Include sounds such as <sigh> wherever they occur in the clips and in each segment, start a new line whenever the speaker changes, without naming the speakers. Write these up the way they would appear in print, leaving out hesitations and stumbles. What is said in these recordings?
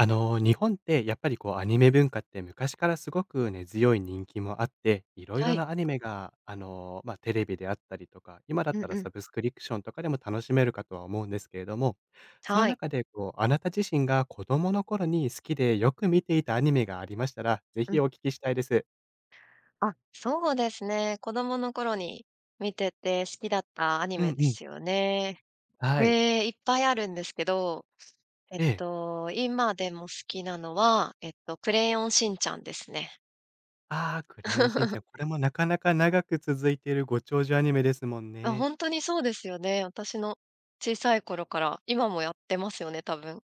日本ってやっぱりこうアニメ文化って昔からすごくね強い人気もあって、いろい
は
ろ
い。
なアニメがテレビであったりとか、今だ
う
った
ん
ら
うん。
サブスクリプションとかでも楽しめるかとは思うんですけれども、その
はい。
中でこう、あなた自身が子供の頃に好きでよく見ていたアニメがありましたら、ぜ
う
ひ
ん。
お聞きしたいです。
あ、そうですね。子供の頃に見てて好きだったアニ
う
メ
ん
で
うん。
すよね。
はい。
ええ、いっぱいあるんですけど、
ええ。
今でも好きなのは、クレヨンしんちゃんですね。
ああ、クレヨンしんち
<laughs>
ゃん、これもなかなか長く続いているご長寿アニメですもん
あ、
ね。
本当にそうですよね。私の小さい頃から、今もやってますよね、多分。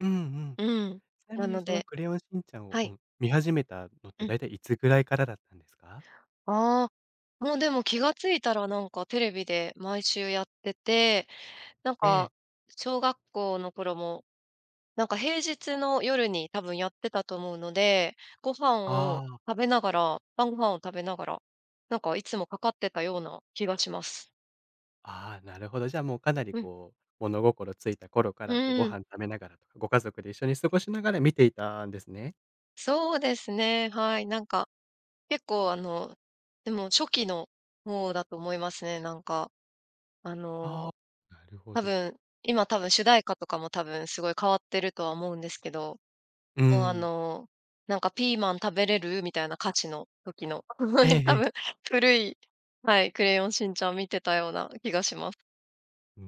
うんうん。
うん。
ちな
な
みに
の
その
で。
クレヨンしんちゃんを、
は
う
い。
ん、見始めたのっ
う
て
ん。
だいたいいつぐらいからだったんですか？
ああ、もうでも気がついたらなんかテレビで毎週やってて、なん
ええ。
か、小学校の頃も、なんか平日の夜に多分やってたと思うので、ご飯を
ああ、
食べながら晩ご飯を食べながら、なんかいつもかかってたような気がします。
ああ、なるほど。じゃあもうかなり
うん。
こう、物心ついた頃からこうご
うん、
飯食べながらとか、ご家族で一緒に過ごしながら見ていたんですね。
そうですね、はい。なんか、結構でも初期の方だと思いますね。なんか、あ
あ
の、
あ、なるほ
多
ど。
分、今多分主題歌とかも多分すごい変わってるとは思うんですけど、
うー
もう
ん。
なんかピーマン食べれる？みたいな価値の時の、
ええ
<laughs>
え
多分
え。
古い、はい、クレヨンしんちゃん見てたような気がします。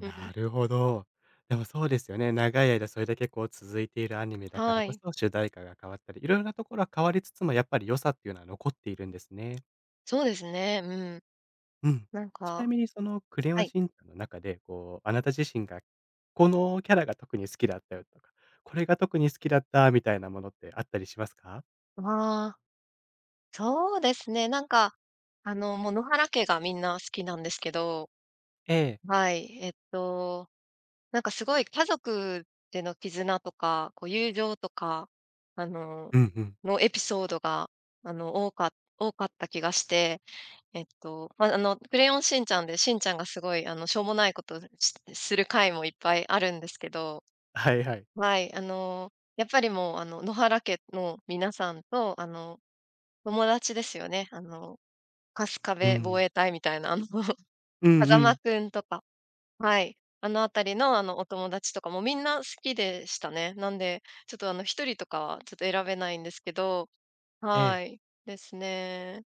うん。
るほど。でもそうですよね、長い間それだけこう続いているアニメだから
は
こ
い。
そ、主題歌が変わったり、いろいろなところは変わりつつも、やっぱり良さっていうのは残っているんですね。
そうですね、うん。
うん。
なん
ちな
か、
みにそのクレヨ
は
ン
い。
しんちゃんの中で、こう、あなた自身がこのキャラが特に好きだったよとか、これが特に好きだったみたいなものってあったりしますか？
ああ、そうですね、なんか、もう野原家がみんな好きなんですけど、
ええ。
はい、なんかすごい家族での絆とか、こう友情とか、あの、
うんうん。
のエピソードが、あの、多か多かった気がして、まあ、クレヨンしんちゃんで、しんちゃんがすごい、しょうもないことをする回もいっぱいあるんですけど、
はいはい。
はい、やっぱりもう、野原家の皆さんと、友達ですよね。春日
う
部防
ん。
衛隊みたいな、<laughs>
うんう
風間
ん。
くんとか、はい、あのあたりの、お友達とかもみんな好きでしたね。なんで、ちょっと、一人とかはちょっと選べないんですけど、
ええ。
はい、ですね。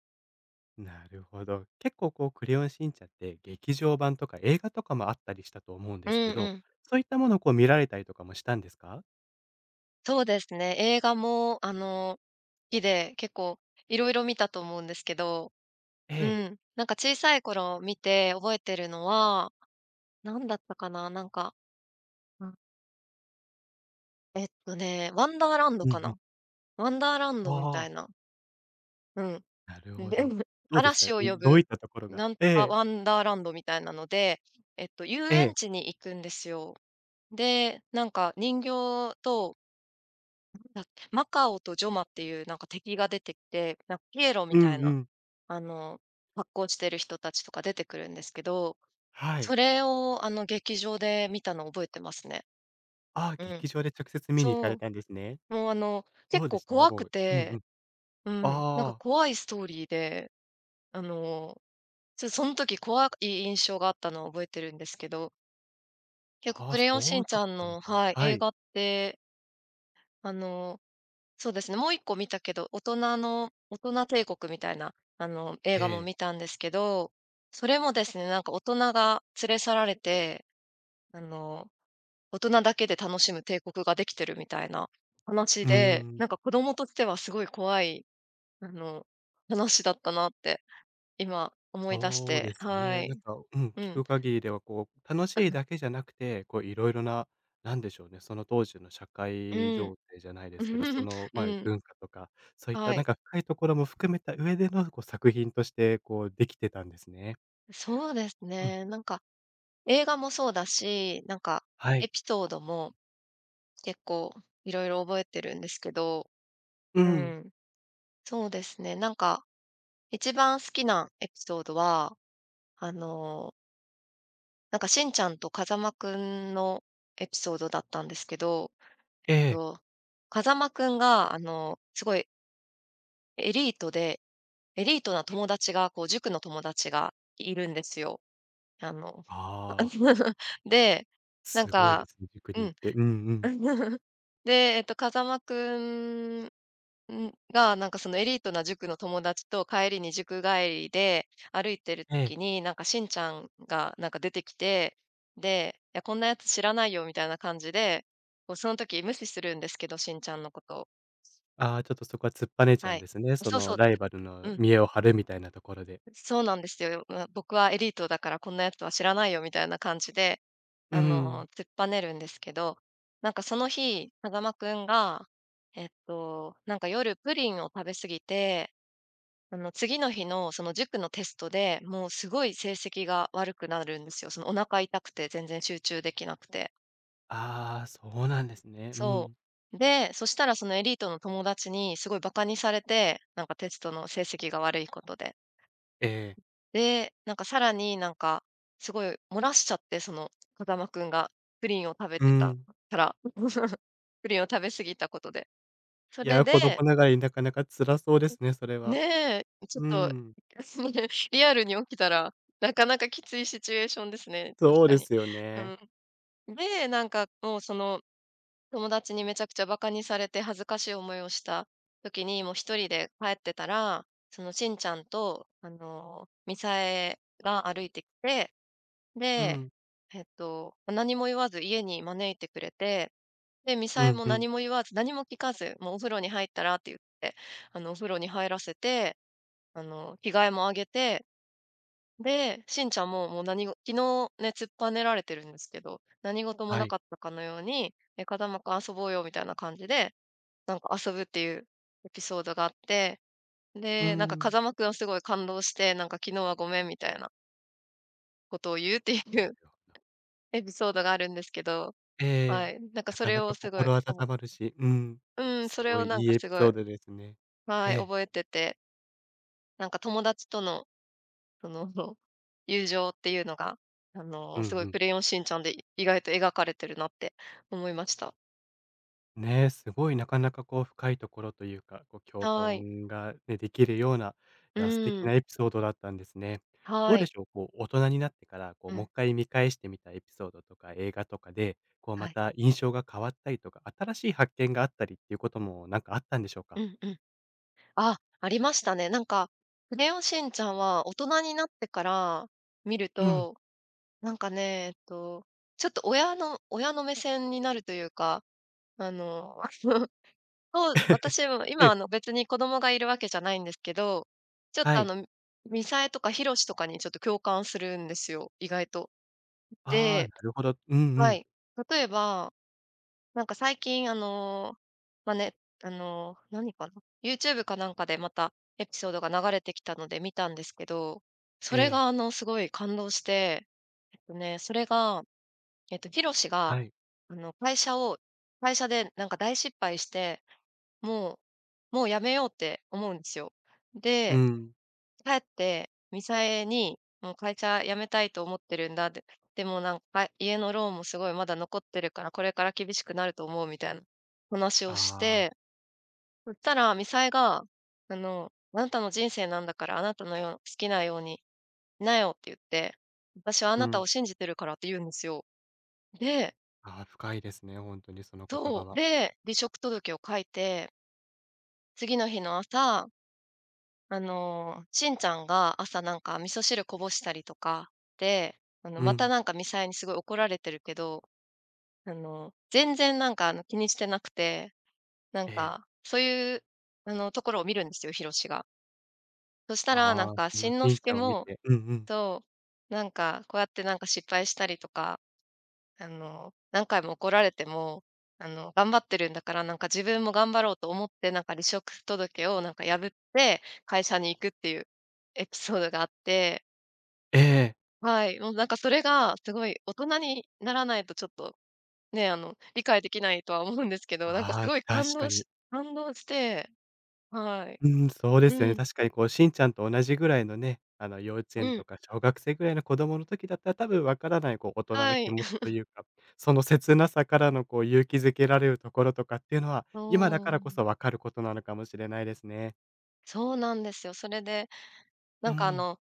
なるほど。結構こうクレヨンしんちゃんって劇場版とか映画とかもあったりしたと思うんで
うん
すけ
う
ど、
ん。
そういったものをこう見られたりとかもしたんですか？
そうですね。映画も、好きで、結構いろいろ見たと思うんですけど、
え
う
え。
ん。なんか小さい頃見て覚えてるのは、なんだったかな、なんか、うん、ワンダーランド
うんう
かな。
ん。
ワンダーラン
あ
ドみた
あ。
いな、うん。
なるほ
で、
ど。
<laughs>
どうでした？う
嵐を呼
ん、どういっ
ぶ、
たところが
なんと
え
か
え。
ワンダーランドみたいなので、遊
え
園
え。
地に行くんですよ。で、なんか人形と、なんだっけ、マカオとジョマっていうなんか敵が出てきて、なんかピエロみ
うん
たい
う
な
ん。
あの、発行してる人たちとか出てくるんですけど、
はい。
それを劇場で見たのを覚えてますね。
ああ、
うん。
劇場で直接見に行かれ
そ
たんですね。
う。もう
ど
結
うで
構
した？
怖
も
く
う、うんう
て、
ん。
うん、なんか
ああ、
怖いストーリーで、あの、その時怖い印象があったのを覚えてるんですけど、結構
ああ、
クレヨンし
そ
ん
う
ち
だっ
ゃん
たん
の
だ。
はい、
は
映
い。
画って、あのそうですね、もう一個見たけど、大人帝国みたいな、映
え
画も見
え。
たんですけど、それもですね、なんか大人が連れ去られて、あの、大人だけで楽しむ帝国ができてるみたいな話
うー
で、
ん、
なんか子供としてはすごい怖い、あの、話だったなって今思い出し
そう
て、
です
は
ね。な
い。
んか、うん、
う
聞
ん。
く限りでは、こう、楽しいだ
<laughs>
けじゃなくて、こう、いろいろな、なんでしょうね、その当時の社
う
会
ん。
情勢じゃない
<laughs> うん。
ですけど、そ
<laughs>
の、ま
う
あ、
ん、
文化とか、そういった
は
なん
い。
か深いところも含めた上での、こう、作品として、こう、できてたんですね。
そうです
うん、
ね、なんか映画もそうだし、なんか
は
エ
い。
ピソードも結構いろいろ覚えてるんですけど。
う
う
ん、
ん。そうですね、なんか一番好きなエピソードは、あの、なんかしんちゃんと風間くんのエピソードだったんですけど、
え
えっ
え。
と、風間くんが、すごいエリートで、エリートな友達が、こう、塾の友達がいるんですよ。あの、
ああ、
<laughs> で、なん
すごいで
か、
すね、塾
う
に
ん。
行って。うんうん、
<laughs> で、風間くうん、が、なんかそのエリートな塾の友達と帰りに塾帰りで歩いてる
ええ。
時に、なんかしんちゃんがなんか出てきて、で、いや、こんなやつ知らないよみたいな感じで、こうその時無視するんですけど、しんちゃんのことを。
ああ、ちょっとそこは突っぱねちゃう
は
ん
い。
ですね。そ
そうそ
の
う。
ライバル
う
の
ん。
見栄を張るみたいなところで。
そうなんですよ。ま、僕はエリートだからこんなやつは知らないよみたいな感じで、
うん。
突っぱねるんですけど、なんかその日、風間くんが、なんか夜プリンを食べ過ぎて、次の日のその塾のテストで、もうすごい成績が悪くなるんですよ。そのお腹痛くて全然集中できなくて。
ああ、そうなんですね。う
そ
ん。
う。で、そしたらそのエリートの友達にすごいバカにされて、なんかテストの成績が悪いことで。
ええ。
で、なんかさらになんか、すごい漏らしちゃって、その風間くんがプリンを食べ
う
てた
ん。
から、<laughs> プリンを食べ過ぎたことで。そ
い
れ
や、子供
で、
ながらになかなか辛そうですね、それは。
ねえ、ちょっ
う
と、
ん。
<laughs> リアルに起きたら、なかなかきついシチュエーションですね、確
そう
か
で
に。
すよ
う
ね。
ん。で、なんかもうその、友達にめちゃくちゃバカにされて恥ずかしい思いをした時に、もう一人で帰ってたら、そのしんちゃんと、みさえが歩いてきて、
う
で、
ん。
何も言わず家に招いてくれて、で、み
う
さえ
ん
も
うん。
何も言わず、何も聞かず、もうお風呂に入ったらって言って、お風呂に入らせて、着替えもあげて、で、しんちゃんも、もう昨日ね、突っぱねられてるんですけど、何事も
は
な
い。
かったかのように、「風間くん遊ぼうよ」みたいな感じで、なんか遊ぶっていうエピソードがあって、
う
で、なんか
ん。
風間くんはすごい感動して、なんか「昨日はごめん」みたいなことを言うってい
な
う
るほど。
エピソードがあるんですけど、
え
は
え。
い、なんか
な
そ
か
れ
な
を
か
すごい
心温
おぼ
まるし、うん。
うん、そ
す
れ
ご
を
い
なん
いい
か
エ
す
ピ
ご
ソ
い、
ードですね。
は
え
い、
え。
覚えてて、なんか友達とのその、<laughs> 友情っていうのが、
うんう
すごい
ん。
クレヨンしんちゃんで意外と描かれてるなって思いました。
ねえ、すごいなかなかこう深いところというか、こう共
はい。
感がね、できるような、
う
いや、素敵
ん、
なエピソードだったんですね。ど
は
うで
い。
しょう、こう大人になってから、こう
う
もう
ん、
一回見返してみたエピソードとか映画とかで、こう
は
ま
い。
た印象が変わったりとか、新しい発見があったりっていうこともなんかあったんでしょう
う
か？
んうん。あ、ありましたね。なんか、クレヨンしんちゃんは大人になってから見る
うん。
と、なんかね、ちょっと親の目線になるというか、あの <laughs> そう、私も
え
今
え、
別に子供がいるわけじゃないんですけど、ちょっと
はい。
ミサえとかヒロシとかにちょっと共感するんですよ、意外と。
ああ、
で、
なるほど。うんう
は
ん。
い。例えば、なんか最近まあ、ね、何かな、YouTube かなんかでまたエピソードが流れてきたので見たんですけど、そ
え
れが
え、
すごい感動して、それが、ヒロシが、
はい。
あの、会社を会社でなんか大失敗して、ももうやめようって思うんですよ。
う
で、
ん。
帰って、ミサエに、もう会社辞めたいと思ってるんだって、でもなんか家のローンもすごいまだ残ってるから、これから厳しくなると思うみたいな話を
あ
し
あ、
て、そしたらミサエが、あなたの人生なんだから、あなたの好きなようにしなよって言って、私はあ
う
なた
ん。
を信じてるからって言うんですよ。で、
ああ、深いですね、ほんとにその言葉
そう、
は。
で、離職届を書いて、次の日の朝しんちゃんが朝味噌汁こぼしたりとかで、
う
また
ん。
みさえにすごい怒られてるけど、全然気にしてなくて、なん
ええ。
か、そういうあのところを見るんですよ、ひろしが。そしたら
ああ、そ
し
の
んの
しん
す
ち
け
ゃんを見
も、
て、うんうん。
と、なんかこうやって失敗したりとか何回も怒られても、頑張ってるんだから、自分も頑張ろうと思って、離職届を破って会社に行くっていうエピソードがあって、
ええ、
はい、もうなんかそれがすごい、大人にならないとちょっとね、理解できないとは思うんですけど、す
ああ、
ごい
確かに。
感動して、はい。
うん、そうですよ
う
ね。
ん、
確かにこうしんちゃんと同じぐらいのね、幼稚園
うん、
とか小学生ぐらいの子供の時だったら、多分わからないこう大人の
は
気
い。
持ち
<laughs>
というか、その切なさからのこう勇気づけられるところとかっていうのは、今だ
そ
からこ
う、
そわかることなのかもしれないですね。
そうなんですよ。それで、な
う
んかあ
ん。
の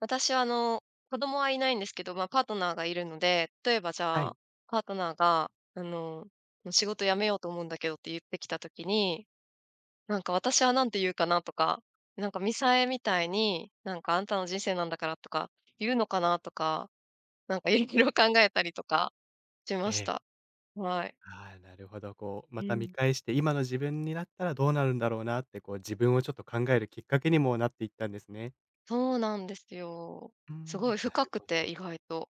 私は子供はいないんですけど、ま、パートナーがいるので、例えばじ
は
ゃ
い。
あ、パートナーがもう「仕事辞めようと思うんだけど」って言ってきたときに、私はなんて言うかなとか、ミサエみたいに、「あんたの人生なんだから」とか言うのかなとか、色々考えたりとかしま
え
し
え。
た。はい。
ああ、なるほど。こう
う
また見
ん。
返して、今の自分になったらどうなるんだろうなって、こう自分をちょっと考えるきっかけにもなっていったんですね。
そうなんですよ。
う
すごい
ん、な
深
る
く
ほ
て、
ど。
意外と。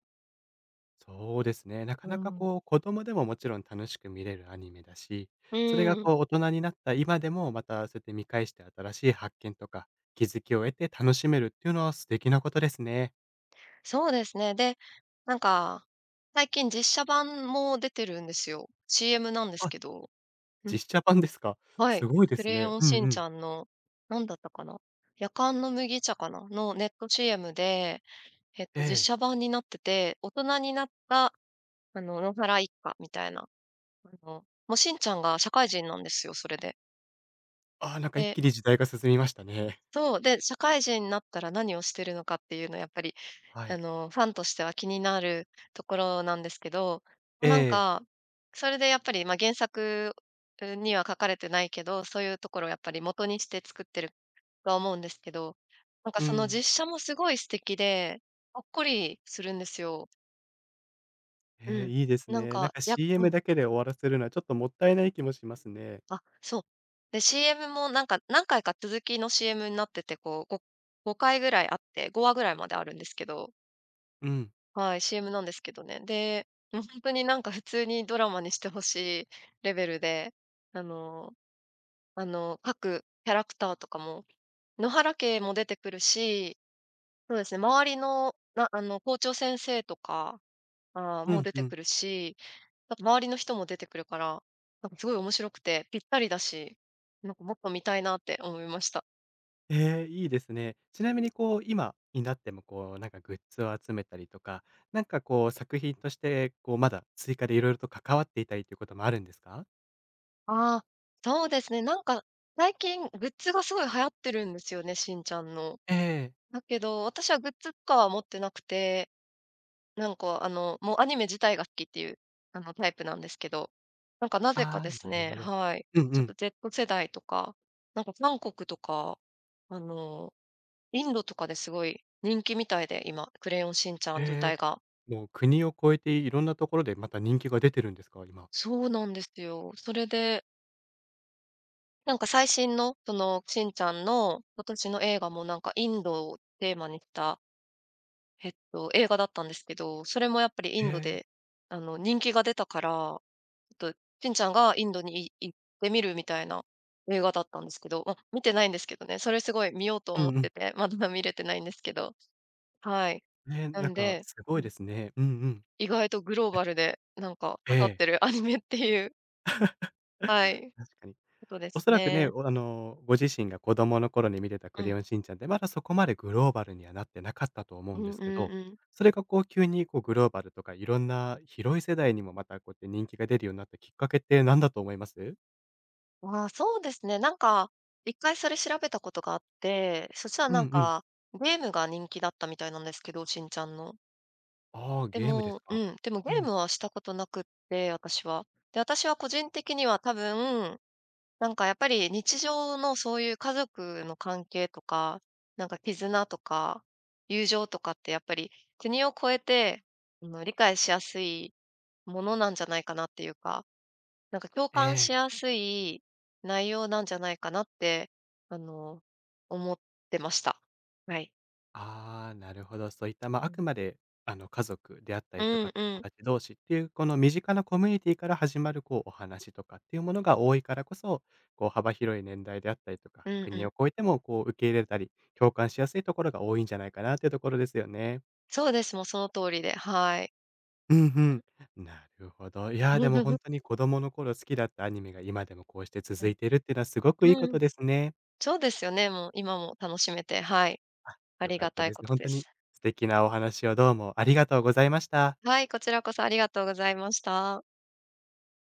そうですね。なか
う
なか
ん。
こう、子供でももちろん楽しく見れるアニメだし、それが
うん。
こう、大人になった今でも、またそうやって見返して新しい発見とか、気づきを得て楽しめるっていうのは素敵なことですね。
そうですね。で、なんか、最近実写版も出てるんですよ。CM なんです
あ、
けど。うん。
実写版ですか。
は
す
い。
ごいで
ク
す
レ
ね。
ヨン
うん
しん
う
ち
ん。
ゃんの、なんだったかな、夜間の麦茶かなのネット CM で、えっ
え
と、実
え。
写版になってて、大人になった、野原一家みたいな。もうしんちゃんが社会人なんですよ、それで。
ああ、なんか一
で
気に時代が進みましたね。
そう、で、社会人になったら何をしてるのかっていうのはやっぱり、
はい。
ファンとしては気になるところなんですけど、ま
え
なん
え。
か、それでやっぱり、ま、原作には書かれてないけど、そういうところをやっぱり元にして作ってるとは思うんですけど、
う
その
ん。
実写もすごい素敵で、ほっこりするんですよ。う
ええ、
ん。
いいです
なん
ね。なん
か、
か
やう
CM
ん、
だけで終わらせるのはちょっともったいない気もしますね。
あ、そう。で、CM も何回か続きの CM になってて、こう、5回ぐらいあって、5話ぐらいまであるんですけど、
うん。
はい、CM なんですけどね。で、もう本当に普通にドラマにしてほしいレベルで、あの各キャラクターとかも、野原家も出てくるし、そうですね、周りの、なあの、校長先生とか、ああ、
う
もう
ん
出
う
て
ん。
くるし、あと周りの人も出てくるから、すごい面白くてぴったりだし、もっと見たいなって思いました。
ええ、いいですね。ちなみにこう、今になってもこう、なんかグッズを集めたりとか、なんかこう作品として、こうまだ追加でいろいろと関わっていたりということもあるんですか？
ああ、そうですね、最近グッズがすごい流行ってるんですよね、しんちゃんの。
ええ。
だけど、私はグッズとかは持ってなくて、もうアニメ自体が好きっていう、タイプなんですけど、なんかなぜか
ああ、
です
なる
ね、
ほど。
はい、
うんう
ちょっ
ん。
と Z 世代とか、韓国とか、あの、インドとかですごい人気みたいで、今、クレヨンしんちゃん自
え
体が。
え。もう国を越えていろんなところでまた人気が出てるんですか？今。
そうなんですよ。それで、最新の、その、しんちゃんの今年の映画もインドをテーマにした、えっと、映画だったんですけど、それもやっぱりイ
え
ンドで、
え。
人気が出たから、ちょっと、しんちゃんがインドに行ってみるみたいな映画だったんですけど、ま、見てないんですけどね、それすごい見ようと
う
思っ
んう
て
ん。
て、まだ見れてないんですけど、はい。
ね、
な
なん
ん
か
で、
すご
う
いで
ん、
すね。うんうん。
意外とグローバルで、
え
かかっ
え。
てるアニメっていう、は
<laughs>
い、
確かに。
ことで
お
す
そらくね、
ね。
おあの、ご自身が子供の頃に見てたク
う
レ
ん、
ヨンしんちゃんって、まだそこまでグローバルにはなってなかったと思う
う
んで
んうん
すけど、
うん。
それがこう急にこうグローバルとかいろんな広い世代にもまたこうやって人気が出るようになったきっかけって何だと思います？
ああ、そうですね。一回それ調べたことがあって、そしたら
うんうん。
ゲームが人気だったみたいなんですけど、しんちゃんの。
ああ、
で
ゲームです
もう
か。
ん、でもゲ
う
ー
ん。
ムはしたことなくって、私は。で、私は個人的には多分、やっぱり日常のそういう家族の関係とか、絆とか、友情とかってやっぱり国を越えて、理解しやすいものなんじゃないかなっていうか。共
え
感し
え。
やすい内容なんじゃないかなって、あの、思ってました。はい。
ああ、なるほど。そういった、まあ、
う
あ
ん。
くまで、あの、家族であった
う
りと
ん
か、
う
友
ん。
達同士っていう、この身近なコミュニティから始まる、こう、お話とかっていうものが多いからこそ、こう、幅広い年代であったりとか、
うんう
国を
ん。
越えても、こう、受け入れたり、共感しやすいところが多いんじゃないかなっていうところですよね。
そうです。もうその通りで、はい。
うん
<laughs>
うん。なるほど。いやー、でも
う
本当に子供の頃好きだったアニメが今でもこうして続
ん。
い
<laughs>
ているっていうのはすごくいいこ
う
と
ん。
ですね。
そうですよね、もう今も楽しめて、はい。あ
良
り
かっ
が
た
たい
です。
こと
本当
で
に
す。
素敵なお話をどうもありがとうございました。
はい、こちらこそありがとうございました。